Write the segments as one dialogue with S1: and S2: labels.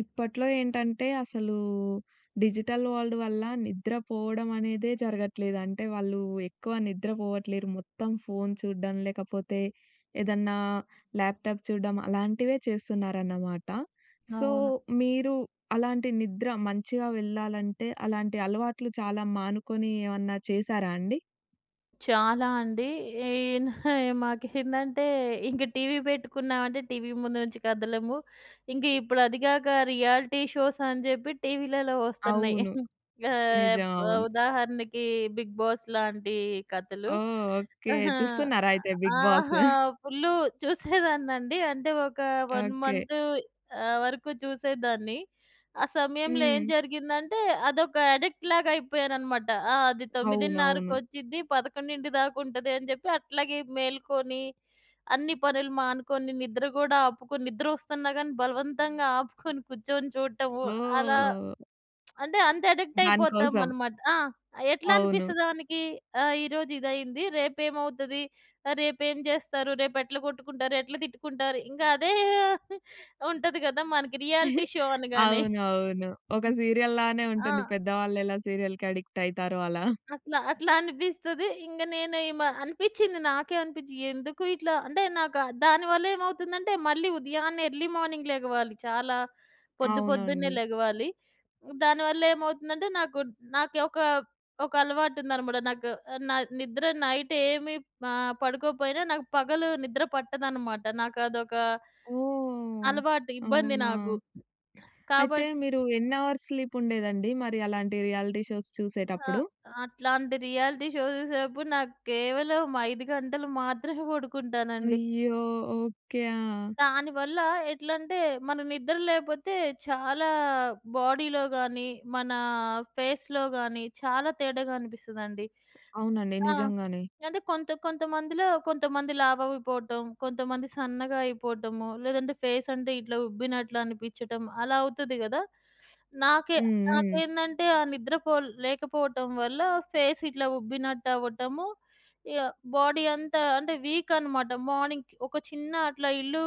S1: ఇప్పట్లో ఏంటంటే అసలు డిజిటల్ వరల్డ్ వల్ల నిద్రపోవడం అనేదే జరగట్లేదు. అంటే వాళ్ళు ఎక్కువ నిద్రపోవట్లేరు. మొత్తం ఫోను చూడ్డం, లేకపోతే ఏదన్నా ల్యాప్‌టాప్ చూడ్డం అలాంటివే చేస్తున్నారన్నమాట. సో,
S2: అవును.
S1: మీరు అలాంటి నిద్ర మంచిగా వెళ్ళాలంటే అలాంటి అలవాట్లు చాలా మానుకొని ఏమన్నా చేశారా అండి?
S2: చాలా అండి. ఈ మాకేందంటే ఇంక టీవీ పెట్టుకున్నామంటే టీవీ ముందు నుంచి కదలము. ఇంక ఇప్పుడు అది గాక రియాలిటీ షోస్ అని జెప్పి టీవీలలో వస్తున్నాయి.
S1: అవును.
S2: ఆహ్,
S1: నిజం. అవును.
S2: ఉదాహరణకి 'బిగ్ బాస్' లాంటి కథలు.
S1: ఓహ్, ఓకే.
S2: ఆహా!
S1: చూస్తున్నారా అయితే 'బిగ్ బాస్'?
S2: ఆహా! ఫుల్లు చూసేదాన్నండి. అంటే ఒక 1
S1: ఓకే.
S2: మంత్ వరకు చూసేదాన్ని. ఆ సమయంలో
S1: హ్మ్.
S2: ఏం జరిగిందంటే అదొక అడిక్ట్ లాగా అయిపోయాననమాట. ఆ! అది
S1: అవునవును.
S2: 9:30కొచ్చిద్ది, 11 దాకా ఉంటది అని జెప్పి అట్లాగే మేలుకొని, అన్ని పనులు మానుకొని, నిద్ర గూడా ఆపుకొని నిద్రొస్తున్నా గానీ బలవంతంగా ఆపుకొని కూర్చొని చూడటము. అలా
S1: ఓహ్,
S2: అంటే అంత అడిక్ట్
S1: దాని కోసం.
S2: అయిపోతామనమాట. ఆ! ఎట్లా
S1: అవును.
S2: అనిపిస్తది మనకి? ఆ! ఈరోజు ఇదయింది, రేపేమవుతది? రేపేం జేస్తారు? రేపెట్లా కొట్టుకుంటారు? ఎట్లా తిట్టుకుంటారు? ఇంకా అదే ఉంటది గదా, మనకి రియాలిటీ షో అనగానే.
S1: అవునవును. ఒక సీరియల్‌లానే
S2: ఆ!
S1: ఉంటుంది. పెద్దవాళ్ళెలా సీరియల్‌కి అడిక్ట్ అయితారో అలా.
S2: అట్లా అట్లా అనిపిస్తది. ఇంగ నేను అనిపిచ్చింది నాకే అనిపిచ్చి ఎందుకు ఇట్లా అంటే నాకు దానివల్ల ఏమవుతుందంటే మళ్ళీ ఉదయాన్నే ఎర్లీ మార్నింగ్ లెగవాలి. చాలా పొద్దు పొద్దున్నే
S1: అవునండి.
S2: లెగవాలి. దానివల్ల ఏమవుతుందంటే నాకు నాకు ఒక ఒక అలవాటుందనమాట. నాకు నా నిద్ర నైట్ పడుకోపోయినా నాకు పగలు నిద్ర పట్టదనమాట. నాకు అదొక
S1: ఓహ్,
S2: అలవాటు, ఇబ్బంది
S1: అవునా?
S2: నాకు.
S1: అయితే
S2: కాబట్
S1: మీరు ఎన్ని అవర్స్ స్లీప్ ఉండేదండి? మరి అలాంటి రియాలిటీ షోస్
S2: ఆ!
S1: చూసేటప్పుడు?
S2: అట్లాంటి రియాలిటీ షో చూసేటప్పుడు నాకు కేవలం 5 గంటలు మాత్రమే పడుకుంటానండి.
S1: అయ్యో, ఓకే. ఆ,
S2: దానివల్ల ఎట్లంటే, మన నిద్ర లేపోతే చాలా బాడీలో గానీ, మన ఫేస్‌లో గానీ చాలా తేడాగా అనిపిస్తదండి.
S1: అవునండి.
S2: ఆ!
S1: నిజంగానే.
S2: అంటే కొంతమందిలో కొంతమంది లావైపోవటం, కొంతమంది సన్నగా అయిపోవటము, లేదంటే ఫేస్ అంటే ఇట్లా ఉబ్బినట్లు అనిపించటం అలా అవుతది గదా. నాకే
S1: హ్మ్. హ్మ్.
S2: నాకేందంటే ఆ నిద్రపో లేకపోవటం వల్ల ఫేస్ ఇట్లా ఉబ్బినట్టు అవ్వటము, ఇగ బాడీ అంతా అంటే వీక్ అనమాట. మార్నింగ్ ఒక చిన్న అట్లా ఇల్లు,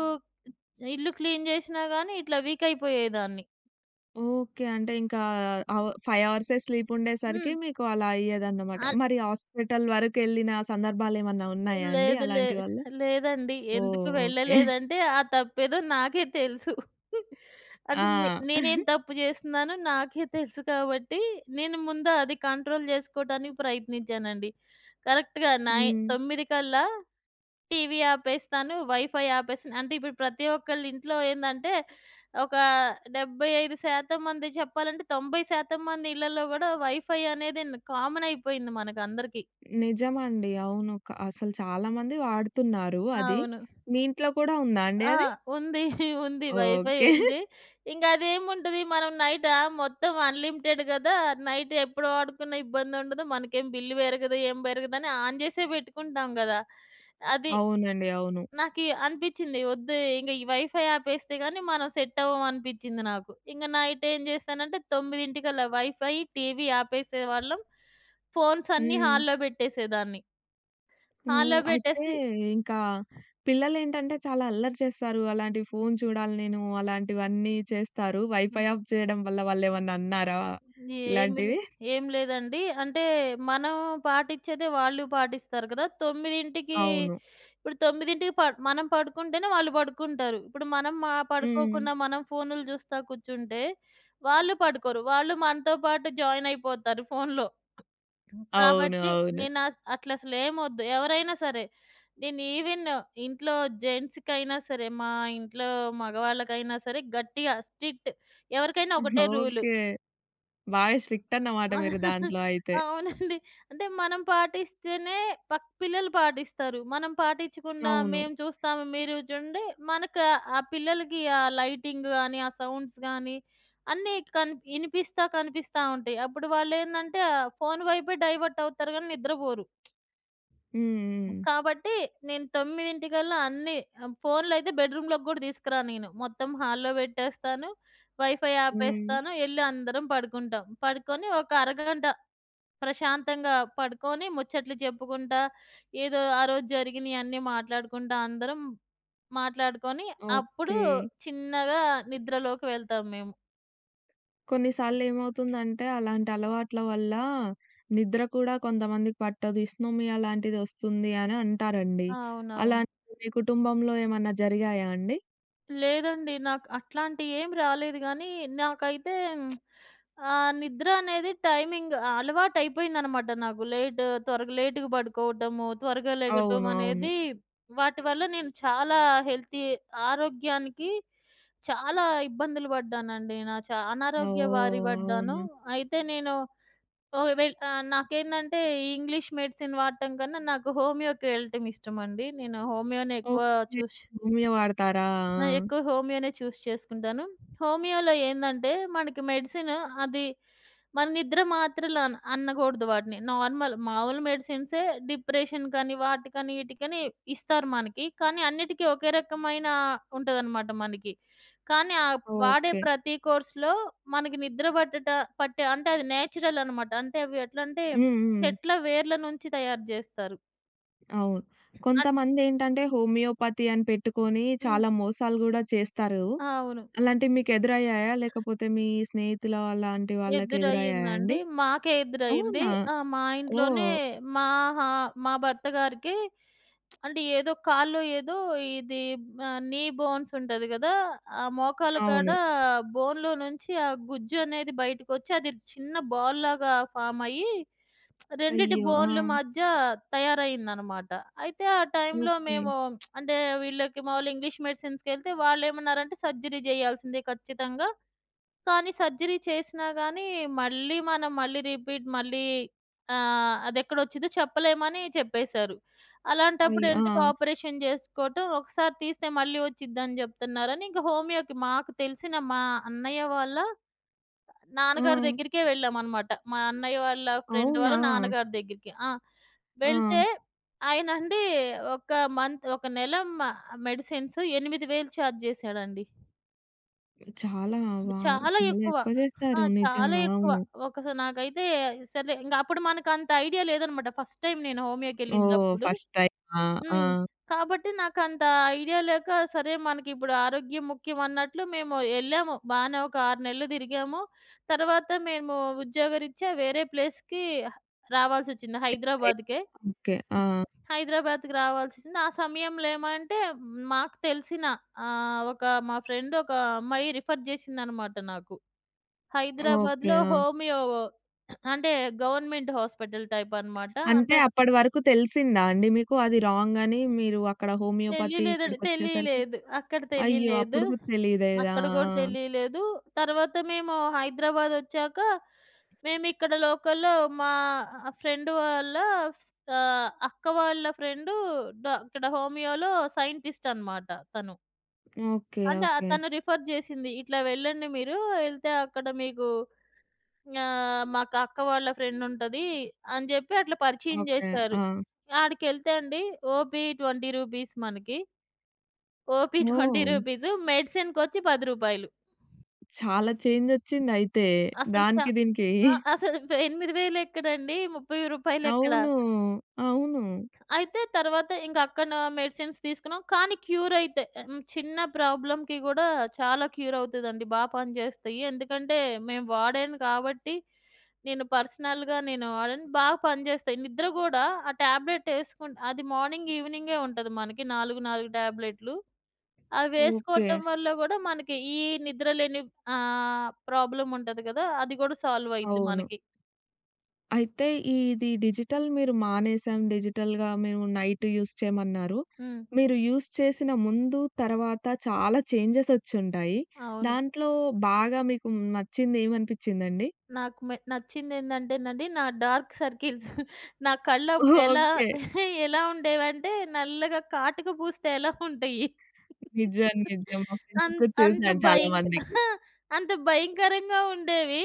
S2: ఇల్లు క్లీన్ చేసినా గానీ ఇట్లా వీక్ అయిపోయేదాన్ని.
S1: ఓకే. అంటే ఇంకా 5 అవర్సే స్లీప్ ఉండేసరికి
S2: హ్మ్.
S1: మీకు అలా అయ్యేదన్నమాట. మరి హాస్పిటల్ వరకెళ్ళిన సందర్భాలేమన్నా ఉన్నాయా అండి
S2: లేదు. లే
S1: అలాంటి వల్ల?
S2: లేదండి. ఎందుకు
S1: ఓహ్, ఓకే.
S2: వెళ్ళలేదంటే ఆ తప్పేదో నాకే తెలుసు. అది
S1: ఆ.
S2: నేనేం తప్పు జేస్తున్నానో నాకే తెలుసు కాబట్టి, నేను ముందు అది కంట్రోల్ జేసుకోవటానికి ప్రయత్నించానండి. కరెక్ట్‌గా
S1: హ్మ్.
S2: 9 కల్లా టీవీ ఆపేస్తాను. వైఫై ఆపేస్తాను. అంటే ఇప్పుడు ప్రతి ఒక్కళ్ళ ఇంట్లో ఏందంటే, ఒక 75% మంది చెప్పాలంటే 90% మంది ఇళ్లలో గూడా వైఫై అనేది కామన్ అయిపోయింది మనకందరికీ.
S1: నిజమండి. అవును. అసలు చాలామంది వాడుతున్నారు అది.
S2: అవును.
S1: మీ ఇంట్లో కూడా ఉందా అండి
S2: ఆ!
S1: అది?
S2: ఉంది. ఉంది. Wifi
S1: okay.
S2: ఉంది. ఇంక అదేముంటది మనం నైట్ ఆ! మొత్తం అన్‌లిమిటెడ్ గదా. నైట్ ఎప్పుడు వాడుకున్నా ఇబ్బందుండదు. మనకేం బిల్లు పెరగదు, ఏం పెరగదని ఆన్ చేసే పెట్టుకుంటాం గదా. అది
S1: అవునండి. అవును.
S2: నాకి అనిపిచ్చింది వద్దు ఇంగ ఈ వైఫై ఆపేస్తే గాని మనం సెట్ అవ్వం అనిపిచ్చింది నాకు. ఇంగ నైట్ ఏం చేశానంటే 9:00కల్లా వైఫై, టీవీ ఆపేసేవాళ్ళం. ఫోన్స్ అన్నీ
S1: హ్మ్.
S2: హాల్‌లో పెట్టేసేదాన్ని.
S1: హ్మ్.
S2: హాల్‌లో
S1: అయితే
S2: పెట్టేసి
S1: ఇంకా పిల్లలేంటంటే చాలా అల్లరి చేస్తారు. అలాంటి ఫోను చూడాలి నేను అలాంటివన్నీ చేస్తారు. వైఫై ఆఫ్ చేయడం వల్ల వాళ్ళేమన్నా అన్నారా
S2: ఏమి లే
S1: ఇలాంటివి?
S2: ఏం లేదండి. అంటే మనం పాటిచ్చేదే వాళ్ళు పాటిస్తారు కదా. 9కి
S1: అవును.
S2: ఇప్పుడు 9కి ప మనం పడుకుంటేనే వాళ్ళు పడుకుంటారు. ఇప్పుడు మనం
S1: హ్మ్.
S2: పడుకోకుండా మనం ఫోనులు చూస్తా కూర్చుంటే వాళ్ళు పడుకోరు. వాళ్ళు మనతో పాటు జాయిన్ అయిపోతారు ఫోనులో.
S1: అవును.
S2: కాబట్టి
S1: అవును.
S2: నేను అట్లా అసలేమొద్దు. ఎవరైనా సరే నేను ఈవెన్ ఇంట్లో జెంట్స్‌కైనా సరే, మా ఇంట్లో మగవాళ్ళకైనా సరే గట్టిగా స్ట్రిక్ట్ ఎవరికైనా ఒకటే రూలు.
S1: ఓకే. బాగా స్ట్రిక్ట్ అన్నమాట మీరు
S2: ఆ!
S1: దాంట్లో అయితే.
S2: అవునండి. అంటే మనం పాటిస్తేనే పిల్లలు పాటిస్తారు. మనం పాటించకుండా
S1: అవును.
S2: మేము చూస్తాము మీరు చూడండి మనకు ఆ పిల్లలకి ఆ లైటింగ్ గాని, ఆ సౌండ్స్ గాని అన్నీ కనిపిస్తా ఉంటాయి. అప్పుడు వాళ్ళేందంటే ఆ ఫోను వైపే డైవర్ట్ అవుతారు గానీ నిద్రపోరు.
S1: హ్మ్. హ్మ్.
S2: కాబట్టి నేను 9:00కల్లా అన్నీ ఫోన్‌లయితే బెడ్‌రూమ్‌లోకి గూడా తీసుకురాను నేను. మొత్తం హాల్‌లో పెట్టేస్తాను. వైఫై
S1: హ్మ్.
S2: ఆపేస్తాను. ఎళ్లి అందరం పడుకుంటాం. పడుకొని ఒక అరగంట ప్రశాంతంగా పడుకొని ముచ్చట్లు చెప్పుకుంటా, ఏదో ఆ రోజు జరిగినియన్నీ మాట్లాడుకుంటా అందరం మాట్లాడుకొని, అప్పుడు
S1: ఓకే.
S2: చిన్నగా నిద్రలోకి వెళ్తాం మేము.
S1: కొన్నిసార్లేమవుతుందంటే, అలాంటి అలవాట్ల వల్ల నిద్ర కూడా కొంతమందికి పట్టదు. ఇస్నోమియా లాంటిదొస్తుంది అని అంటారండి.
S2: అవునవును.
S1: అలాంటివి మీ కుటుంబంలో ఏమన్నా జరిగాయా అండి?
S2: లేదండి. నాకు అట్లాంటియి ఏం రాలేదు గానీ, నాకైతే నిద్ర అనేది టైమింగ్ అలవాటయిపోయిందనమాట నాకు. త్వరగా లేట్‌గా పడుకోవటము, త్వరగా లెగటం
S1: అవును. అవును.
S2: అనేది వాటి వల్ల నేను చాలా హెల్తీ ఆరోగ్యానికి చాలా ఇబ్బందులు పడ్డానండి. నా చా అనారోగ్య బారి
S1: ఓహ్,
S2: పడ్డాను.
S1: అవునా?
S2: అయితే నేను ఓహ్, వెల్ నాకేందంటే ఈ ఇంగ్లీష్ మెడిసిన్ వాడటం కన్నా నాకు హోమియోకి వెళ్ళటం ఇష్టమండి. నేను హోమియోనే ఎక్కువ
S1: ఓకే.
S2: చూస్
S1: హోమియో వాడతారా?
S2: ఆ! ఎక్కువ హోమియోనే చేసుకుంటాను. హోమియోలో ఏందంటే, మనకి మెడిసిన్ అది మన నిద్ర మాత్రలు అనకూడదు వాటిని. మామూలు మెడిసిన్సే డిప్రెషన్‌కని, వాటికని, ఈటికని ఇస్తారు మనకి. కానీ అన్నిటికీ ఒకే రకమైన ఉంటదనమాట మనకి. కానీ ఆ
S1: ఆ,
S2: వాడే
S1: ఓకే.
S2: ప్రతి కోర్స్‌లో మనకి నిద్ర పట్టట పట్టే అంటే అది నేచురల్ అనమాట. అంటే అవి ఎట్లంటే
S1: హ్మ్. హ్మ్.
S2: చెట్ల వేర్ల నుంచి తయారు జేస్తారు.
S1: అవును.
S2: అట్
S1: కొంతమందేంటంటే, హోమియోపతి అని పెట్టుకొని
S2: హ్మ్.
S1: చాలా మోసాలు గూడా చేస్తారు.
S2: ఆ! అవును.
S1: అలాంటివి మీకెదురయ్యాయా? లేకపోతే మీ స్నేహితుల అలాంటి వాళ్ళకెదురయ్యాయా
S2: ఎదురయిందండి.
S1: అండి?
S2: మాకే ఎదురయింది.
S1: అవునా!
S2: మా
S1: ఓహ్,
S2: ఇంట్లోనే మా హా మా భర్త గారికి అంటే ఏదో కాల్లో ఏదో ఇది నీ బోన్స్ ఉంటది గదా. ఆ మోకాళ్ళ కాడ
S1: అవును.
S2: బోన్‌లో నుంచి ఆ గుజ్జు అనేది బయటకొచ్చి అది చిన్న బాల్ లాగా ఫామ్ అయ్యి, రెండిటి
S1: అయ్యో, ఆ,
S2: బోన్‌ల మధ్య తయారయిందనమాట. అయితే ఆ టైంలో
S1: ఓకే.
S2: మేము అంటే వీళ్ళకి మామూలు ఇంగ్లీష్ మెడిసిన్స్‌కెళ్తే వాళ్ళేమన్నారంటే సర్జరీ జేయాల్సిందే ఖచ్చితంగా. కానీ సర్జరీ చేసినా గానీ, మళ్ళీ మనం మళ్ళీ రిపీట్ మళ్ళీ అదెక్కడొచ్చిందో చెప్పలేమని చెప్పేశారు.
S1: అయ్,
S2: అలాంటప్పుడు
S1: ఆ,
S2: ఎందుకు ఆపరేషన్ జేసుకోవటం, ఒకసారి తీస్తే మళ్ళీ వచ్చిద్దని జెప్తున్నారని, ఇంక హోమియోకి మాకు తెలిసిన మా అన్నయ్య వాళ్ళ
S1: ఆ,
S2: నాన్నగారి దగ్గరికే వెళ్ళామనమాట. మా అన్నయ్య వాళ్ళ ఫ్రెండ్
S1: అవునా?
S2: వాళ్ళ నాన్నగారి దగ్గరికి. ఆ!
S1: ఆ,
S2: వెళ్తే ఆయనండి ఒక ఒక నెల మెడిసిన్స్ 8000 చార్జ్ జేశాడండి.
S1: చాలా వావ్,
S2: చాలా
S1: చాలా
S2: ఎక్కువ.
S1: ఎక్కువ
S2: ఆ!
S1: చేస్తారు
S2: చాలా
S1: నిజంగా.
S2: ఎక్కువ.
S1: అవును.
S2: నాకైతే సర్లే ఇంక అప్పుడు మనకంత ఐడియా లేదనమాట. ఫస్ట్ టైమ్ నేను
S1: ఓహ్,
S2: హోమియోకెళ్ళినప్పుడు.
S1: ఫస్ట్ టైమా? ఆ,
S2: హ్మ్. కాబట్టి నాకంత ఐడియా లేక సరే మనకిప్పుడు ఆరోగ్యం ముఖ్యం అన్నట్లు మేము ఎళ్ళాము. బానే ఒక 6 నెలలు తిరిగాము. తర్వాత మేము ఉద్యోగరీత్యా వేరే ప్లేస్‌కి రావాల్సొచ్చింది.
S1: చెక్ అయి
S2: హైదరాబాద్‌కే.
S1: ఓకే. ఆ,
S2: హైదరాబాద్‌కి రావాల్సొచ్చింది. ఆ సమయంలో ఏమంటే మాకు తెలిసిన ఆహ్, ఒక మా ఫ్రెండ్ ఒక అమ్మాయి రిఫర్ చేసిందనమాట నాకు.
S1: ఓకే.
S2: హైదరాబాద్‌లో
S1: ఆ,
S2: హోమియో అంటే గవర్నమెంట్ హాస్పిటల్ టైప్ అన్నమాట.
S1: అంటే
S2: అంటే
S1: అప్పటి వరకు తెలిసిందా అండి మీకు అది రాంగ్ అని? మీరు అక్కడ హోమియోపతి
S2: తెలియలేదండి.
S1: ఇక్కడికొచ్చేసరికి
S2: తెలియలేదు. అక్కడ
S1: అయ్యో,
S2: తెలియలేదు.
S1: అప్పుడు కూడా తెలీదేదా?
S2: అక్కడ కూడా
S1: ఆ,
S2: తెలియలేదు. తర్వాత మేము హైదరాబాద్ ఒచ్చాక మేము ఇక్కడ లోకల్‌లో మా ఫ్రెండ్ వాళ్ళ అక్క వాళ్ళ ఫ్రెండ్ ఇక్కడ హోమియోలో సైంటిస్ట్ అన్నమాట తను.
S1: ఓకే.
S2: అంటే ఆ
S1: ఓకే.
S2: తను రిఫర్ చేసింది. ఇట్లా వెళ్ళండి మీరు. ఎళ్తే అక్కడ మీకు మాకు అక్క వాళ్ళ ఫ్రెండుంటది అని జెప్పి అట్లా పరిచయం
S1: ఓకే.
S2: జేశారు.
S1: ఆ,
S2: ఆడికెళ్తే అండి ఓపీ 20 రూపీస్ మనకి. ఓపీ 20
S1: ఓహ్,
S2: రూపీస్ మెడిసిన్‌కొచ్చి రూ. 10.
S1: చాలా చేంజొచ్చిందయితే.
S2: అసలు చ
S1: దానికి దీనికి.
S2: ఆ! అసలు 8000 ఎక్కడండి? రూ. 30 ఎక్కడ?
S1: అవును. అవును.
S2: అయితే తర్వాత ఇంక అక్కడ మెడిసిన్స్ తీసుకున్నాం. కానీ క్యూరయితే హ్మ్. చిన్న ప్రాబ్లమ్‌కి గూడా చాలా క్యూరవుతదండి. బా పనిజేస్తాయి. ఎందుకంటే మేము వాడాను కాబట్టి, నేను పర్సనల్‌గా నేను వాడాను. బాగా పనిజేస్తాయి. నిద్ర గూడా ఆ టాబ్లెట్ యేసుకుం అది మార్నింగ్, ఈవినింగే ఉంటది మనకి 4, 4 టాబ్లెట్లు. అవి
S1: ఓకే.
S2: వేసుకోవటం వల్ల గూడా మనకి ఈ నిద్ర లేని ప్రాబ్లమ్ ఉంటది గదా. అది గూడా సాల్వయిద్ది
S1: అవును.
S2: మనకి.
S1: అయితే ఇది డిజిటల్ మీరు మానేసాం, డిజిటల్‌గా మేము నైట్ యూజ్ చేయమన్నారు.
S2: హ్మ్.
S1: మీరు యూజ్ చేసిన ముందు, తర్వాత చాలా చేంజెసొచ్చుంటాయి.
S2: అవును.
S1: దాంట్లో బాగా మీకు నచ్చిందేమనిపిచ్చిందండి?
S2: నాకు నచ్చిందేందంటేనండి, నా డార్క్ సర్కిల్స్. నా కళ్ళు అప్పుడెలా
S1: ఓకే.
S2: ఎలా ఎలా ఉండేవంటే నల్లగా కాటుక పూస్తే ఎలా ఉంటాయి.
S1: నిజం. నిజం. మా ఫ్రెండ్స్‌కి
S2: అన్
S1: కూడా
S2: అంత
S1: చూసాను చాలా
S2: భయంక
S1: మందికి.
S2: అంత భయంకరంగా ఉండేవి.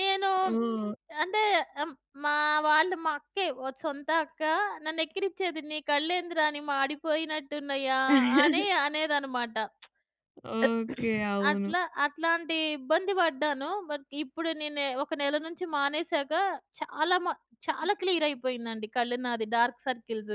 S2: నేను
S1: హ్మ్.
S2: అంటే ఆహ్, మా వాళ్ళు మా అక్కే ఓ సొంత అక్క నన్ను ఎక్కిరించేది. "నీ కళ్ళేందిరా! నీ మాడిపోయినట్టున్నయ్యా" అని అనేదనమాట.
S1: ఓకే. అవును.
S2: అట్లా అట్లాంటి ఇబ్బంది పడ్డాను. బట్ ఇప్పుడు నేనే ఒక నెల నుంచి మానేసాక చాలా మ చాలా క్లియర్ అయిపోయిందండి కళ్ళు నాది. డార్క్ సర్కిల్స్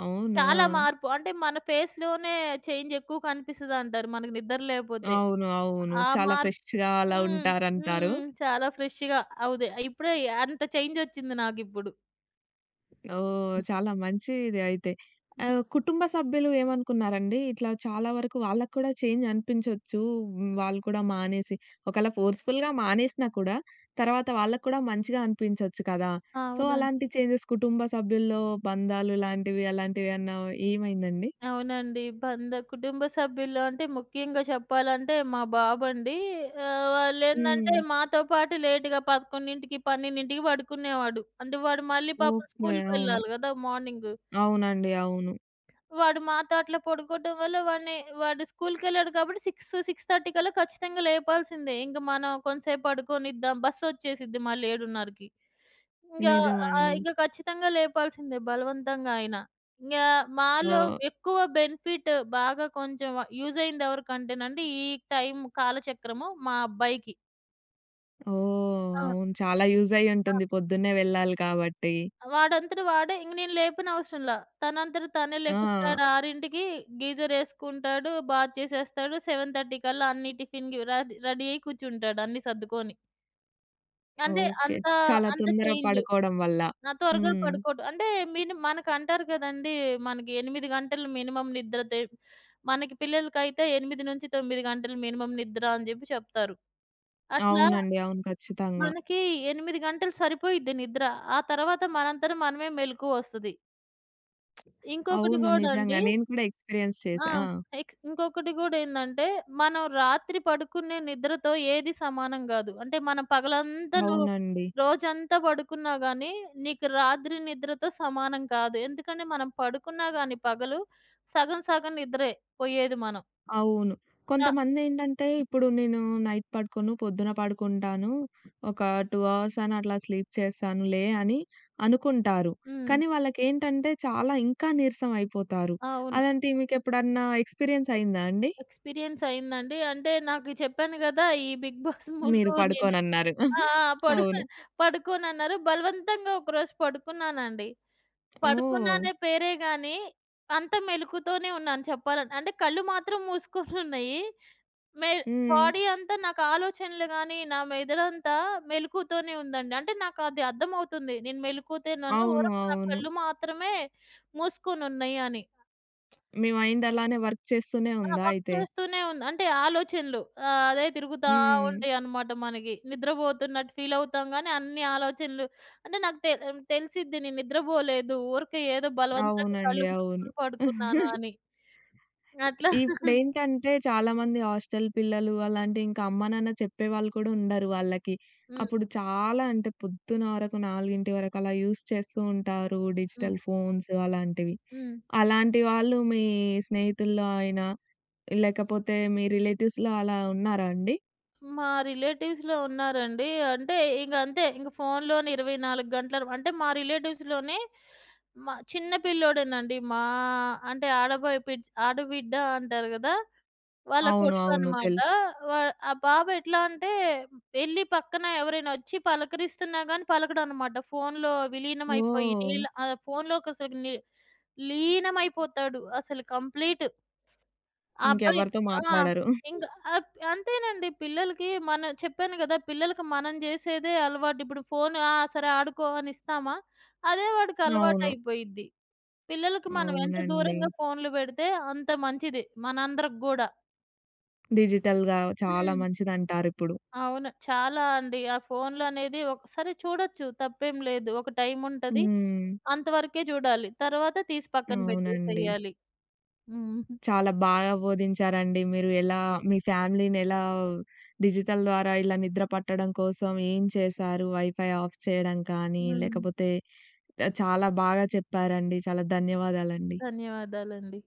S1: అవునా!
S2: చాలా మార్పు. అంటే మన ఫేస్‌లోనే చేంజ్ ఎక్కువ కనిపిస్తదంటారు మనకు నిద్ర లేకపోతే.
S1: అవును. అవును.
S2: ఆ
S1: చాలా
S2: మార్
S1: ఫ్రెష్‌గా అలా
S2: హ్మ్.
S1: ఉంటారంటారు.
S2: హ్మ్. చాలా ఫ్రెష్‌గా అవుదే ఇప్పుడే అంత చేంజ్ వచ్చింది నాకిప్పుడు.
S1: ఓహ్, చాలా మంచిది అయితే.
S2: హ్మ్.
S1: ఆహ్, కుటుంబ సభ్యులు ఏమనుకున్నారండి? ఇట్లా చాలా వరకు వాళ్ళకి కూడా చేంజ్ అనిపించొచ్చు. హ్మ్. వాళ్ళు కూడా మానేసి ఒకవేళ ఫోర్స్‌ఫుల్‌గా మానేసినా కూడా తర్వాత వాళ్ళకి కూడా మంచిగా అనిపించొచ్చు కదా! సో,
S2: అవునండి.
S1: అలాంటి చేంజెస్ కుటుంబ సభ్యుల్లో బంధాలు లాంటివి అలాంటివేమన్నా ఏమైందండి?
S2: అవునండి. కుటుంబ సభ్యుల్లో అంటే ముఖ్యంగా చెప్పాలంటే మా బాబండి.
S1: హ్మ్.
S2: వాళ్ళేందంటే మాతో పాటు లేట్‌గా 11:00, 12:00కి పడుకునేవాడు. అంటే వాడు మళ్ళీ పాపం
S1: ఓకే. అవును.
S2: స్కూలుకెళ్ళాలి గదా. మార్నింగు.
S1: అవునండి. అవును.
S2: వాడు మాతో అట్లా పడుకోవటం వల్ల వాడిని వాడు స్కూలుకెళ్ళాడు కాబట్టి 6, 6:30 కల్లా ఖచ్చితంగా లేపాల్సిందే. ఇంక మనం కొంతసేపు పడుకోనిద్దాం బస్సొచ్చేసిద్ది మళ్ళీ 7:30కి. ఇంగా
S1: నిజమండి.
S2: ఇంక ఖచ్చితంగా లేపాల్సిందే బలవంతంగా అయినా. ఇంగా మాలో
S1: ఓహ్,
S2: ఎక్కువ బెనిఫిట్ బాగా కొంచెం యూజ్ అయింది ఎవరికంటేనండి, ఈ టైం కాలచక్రము మా అబ్బాయికి.
S1: ఓహ్,
S2: ఆ!
S1: అవును. చాలా యూజ్
S2: ఆ!
S1: అయ్యుంటుంది పొద్దున్నే వెళ్ళాలి కాబట్టి.
S2: వాడంతట వాడే ఇంక నేను లేపనవసరంలా. తనంతట తనే
S1: ఆ,
S2: లెగుస్తాడు 6కి గీజర్ యేసుకుంటాడు, బాత్ చేసేస్తాడు. 7:30 కల్లా అన్ని టిఫిన్‌కి రెడీ రెడీ అయ్యి కూర్చుంటాడు అన్ని సర్దుకొని. అంటే
S1: ఓకే.
S2: అంత,
S1: చాలా
S2: అంత
S1: తొందర
S2: చేంజ్.
S1: పడుకోవడం వల్ల.
S2: ఆ! త్వరగా
S1: హ్మ్.
S2: పడుకోవడం. అంటే మనకంటారు కదండీ. మనకి 8 గంటలు మినిమం నిద్ర తె మనకి పిల్లలకైతే 8, 9 గంటలు మినిమం నిద్ర అని జెప్పి చెప్తారు. అట్లా
S1: అవునండి. అవును. ఖచ్చితంగా.
S2: మనకి 8 గంటలు సరిపోయిద్ది నిద్ర. ఆ తర్వాత మనంతట మనమే మెలుకువొస్తది. ఇంకొకటి
S1: అవును.
S2: గూడా
S1: నిజంగా.
S2: అండి
S1: నేను కూడా ఎక్స్‌పీరియన్స్
S2: ఆ!
S1: చేశా. ఆ,
S2: ఇంకొకటి గూడేందంటే, మనం రాత్రి పడుకునే నిద్రతో ఏది సమానం గాదు. అంటే మనం పగలంతా నువ్వు
S1: అవునండి.
S2: రోజంతా పడుకున్నా గానీ, నీకు రాత్రి నిద్రతో సమానం కాదు. ఎందుకంటే మనం పడుకున్నా గానీ పగలు సగం సగం నిద్రే పోయేది మనం.
S1: అవును.
S2: క
S1: కొంతమందేంటంటే ఇప్పుడు నేను నైట్ పడుకోను, పొద్దున పడుకుంటాను. ఒక 2 అవర్స్ అని అట్లా స్లీప్ చేస్తానులే అని అనుకుంటారు.
S2: హ్మ్.
S1: కానీ వాళ్ళకేంటంటే చాలా ఇంకా నీరసం అయిపోతారు.
S2: అవును.
S1: అలాంటివి మీకెప్పుడన్నా ఎక్స్‌పీరియన్స్ అయిందా అండి?
S2: ఎక్స్‌పీరియన్స్ అయిందండి. అంటే నాకు చెప్పాను గదా. ఈ 'బిగ్ బాస్'
S1: మీరు
S2: ముందు నేను
S1: పడుకోనన్నారు.
S2: ఆ! ఆ!
S1: అవును.
S2: పడుకోనన్నారు. బలవంతంగా ఒకరోజు పడుకున్నానండి.
S1: ఓహ్.
S2: పడుకున్నానే పేరే గానీ, అంతా మెలుకువతోనే ఉన్నాను చెప్పాలంటే. అంటే కళ్ళు మాత్రం మూసుకొనున్నాయి. మె
S1: హ్మ్.
S2: బాడీ అంతా నాకు ఆలోచనలు గానీ, నా మెదడంతా మెలుకువతోనే ఉందండి. అంటే నాకది అర్థమవుతుంది. నేను మెలుకువతోనే ఉన్నాను.
S1: అవును.
S2: ఊరక నా
S1: అవును.
S2: కళ్ళు మాత్రమే మూసుకొనున్నయి అని.
S1: మీ మైండ్ అలానే వర్క్ చేస్తూనే
S2: ఆ!
S1: ఉందా
S2: వర్క్
S1: అయితే?
S2: చేస్తూనే ఉన్నా. అంటే ఆలోచనలు. అదే తిరుగుతా
S1: హ్మ్.
S2: ఉంటాయన్నమాట మనకి. నిద్రపోతున్నట్టు ఫీలవుతాం గానీ, అన్ని ఆలోచనలు అంటే నాకు తెలిసిద్ది నేను నిద్రపోలేదు. ఊరికే ఏదో బలవంతంగా
S1: అవునండి.
S2: కళ్ళు
S1: అవును.
S2: మూసుకొని పడుకున్నాను అని. అట్లా
S1: ఇప్పుడేంటంటే చాలామంది హాస్టల్ పిల్లలు అలాంటి ఇంకా అమ్మా, నాన్న చెప్పేవాళ్ళు కూడా ఉండరు వాళ్ళకి.
S2: హ్మ్.
S1: అప్పుడు చాలా అంటే పొద్దున వరకు 4 వరకు అలా యూజ్ చేస్తూ ఉంటారు
S2: హ్మ్.
S1: డిజిటల్ ఫోన్స్ అలాంటివి.
S2: హ్మ్.
S1: అలాంటి వాళ్ళు మీ స్నేహితుల్లో అయినా లేకపోతే మీ రిలేటివ్స్‌లో అలా ఉన్నారా అండి?
S2: మా రిలేటివ్స్‌లో ఉన్నారండి. అంటే ఇక అంతే ఇంక ఫోనులోనే 24 గంటలు అంటే మా రిలేటివ్స్‌లోనే మా చిన్న పిల్లోడేనండి. మా అంటే ఆడబిడ్డ అంటారు గదా. వాళ్ళ
S1: అవును. అవును.
S2: కొడుకనమాట.
S1: తెలుసు.
S2: వా ఆ బాబు ఎట్లా అంటే వెళ్లి పక్కన ఎవరైనా వచ్చి పలకరిస్తున్నా గాని పలకడనమాట.
S1: ఓహ్,
S2: ఫోనులోకి అసలు లీనమైపోతాడు అసలు కంప్లీట్. ఆ అబ్బాయి
S1: ఇంకెవరితో
S2: ఆ!
S1: మాట్లాడరు.
S2: ఇంక అంతేనండి పిల్లలకి మనం చెప్పాను గదా. పిల్లలకి మనం జేసేదే అలవాటు. ఇప్పుడు ఫోను ఆ! సరే ఆడుకో అని ఇస్తామా? అదే వాడికి
S1: అవును.
S2: అలవాటయిపోయిద్ది. పిల్లలకి మనం ఎంత
S1: అవునండి.
S2: దూరంగా ఫోనులు బెడితే అంత మంచిది మనందరికి గూడా.
S1: డిజిటల్‌గా చాలా
S2: హ్మ్.
S1: మంచిదంటారిప్పుడు.
S2: అవును. చాలా అండి. ఆ ఫోన్‌లనేది ఒకసారి చూడొచ్చు తప్పేం లేదు. ఒక టైముంటది.
S1: హ్మ్.
S2: హ్మ్. అంతవరకే చూడాలి. తర్వాత తీసి పక్కన
S1: అవునండి.
S2: పెట్టేసేయాలి. హ్మ్.
S1: చాలా బాగా బోధించారండి. మీరు ఎలా మీ ఫ్యామిలీనెలా డిజిటల్ ద్వారా ఇలా నిద్ర పట్టడం కోసం ఏం చేశారు? వైఫై ఆఫ్ చేయడం కానీ,
S2: హ్మ్.
S1: లేకపోతే చాలా బాగా చెప్పారండి. చాలా ధన్యవాదాలండి.
S2: ధన్యవాదాలండి.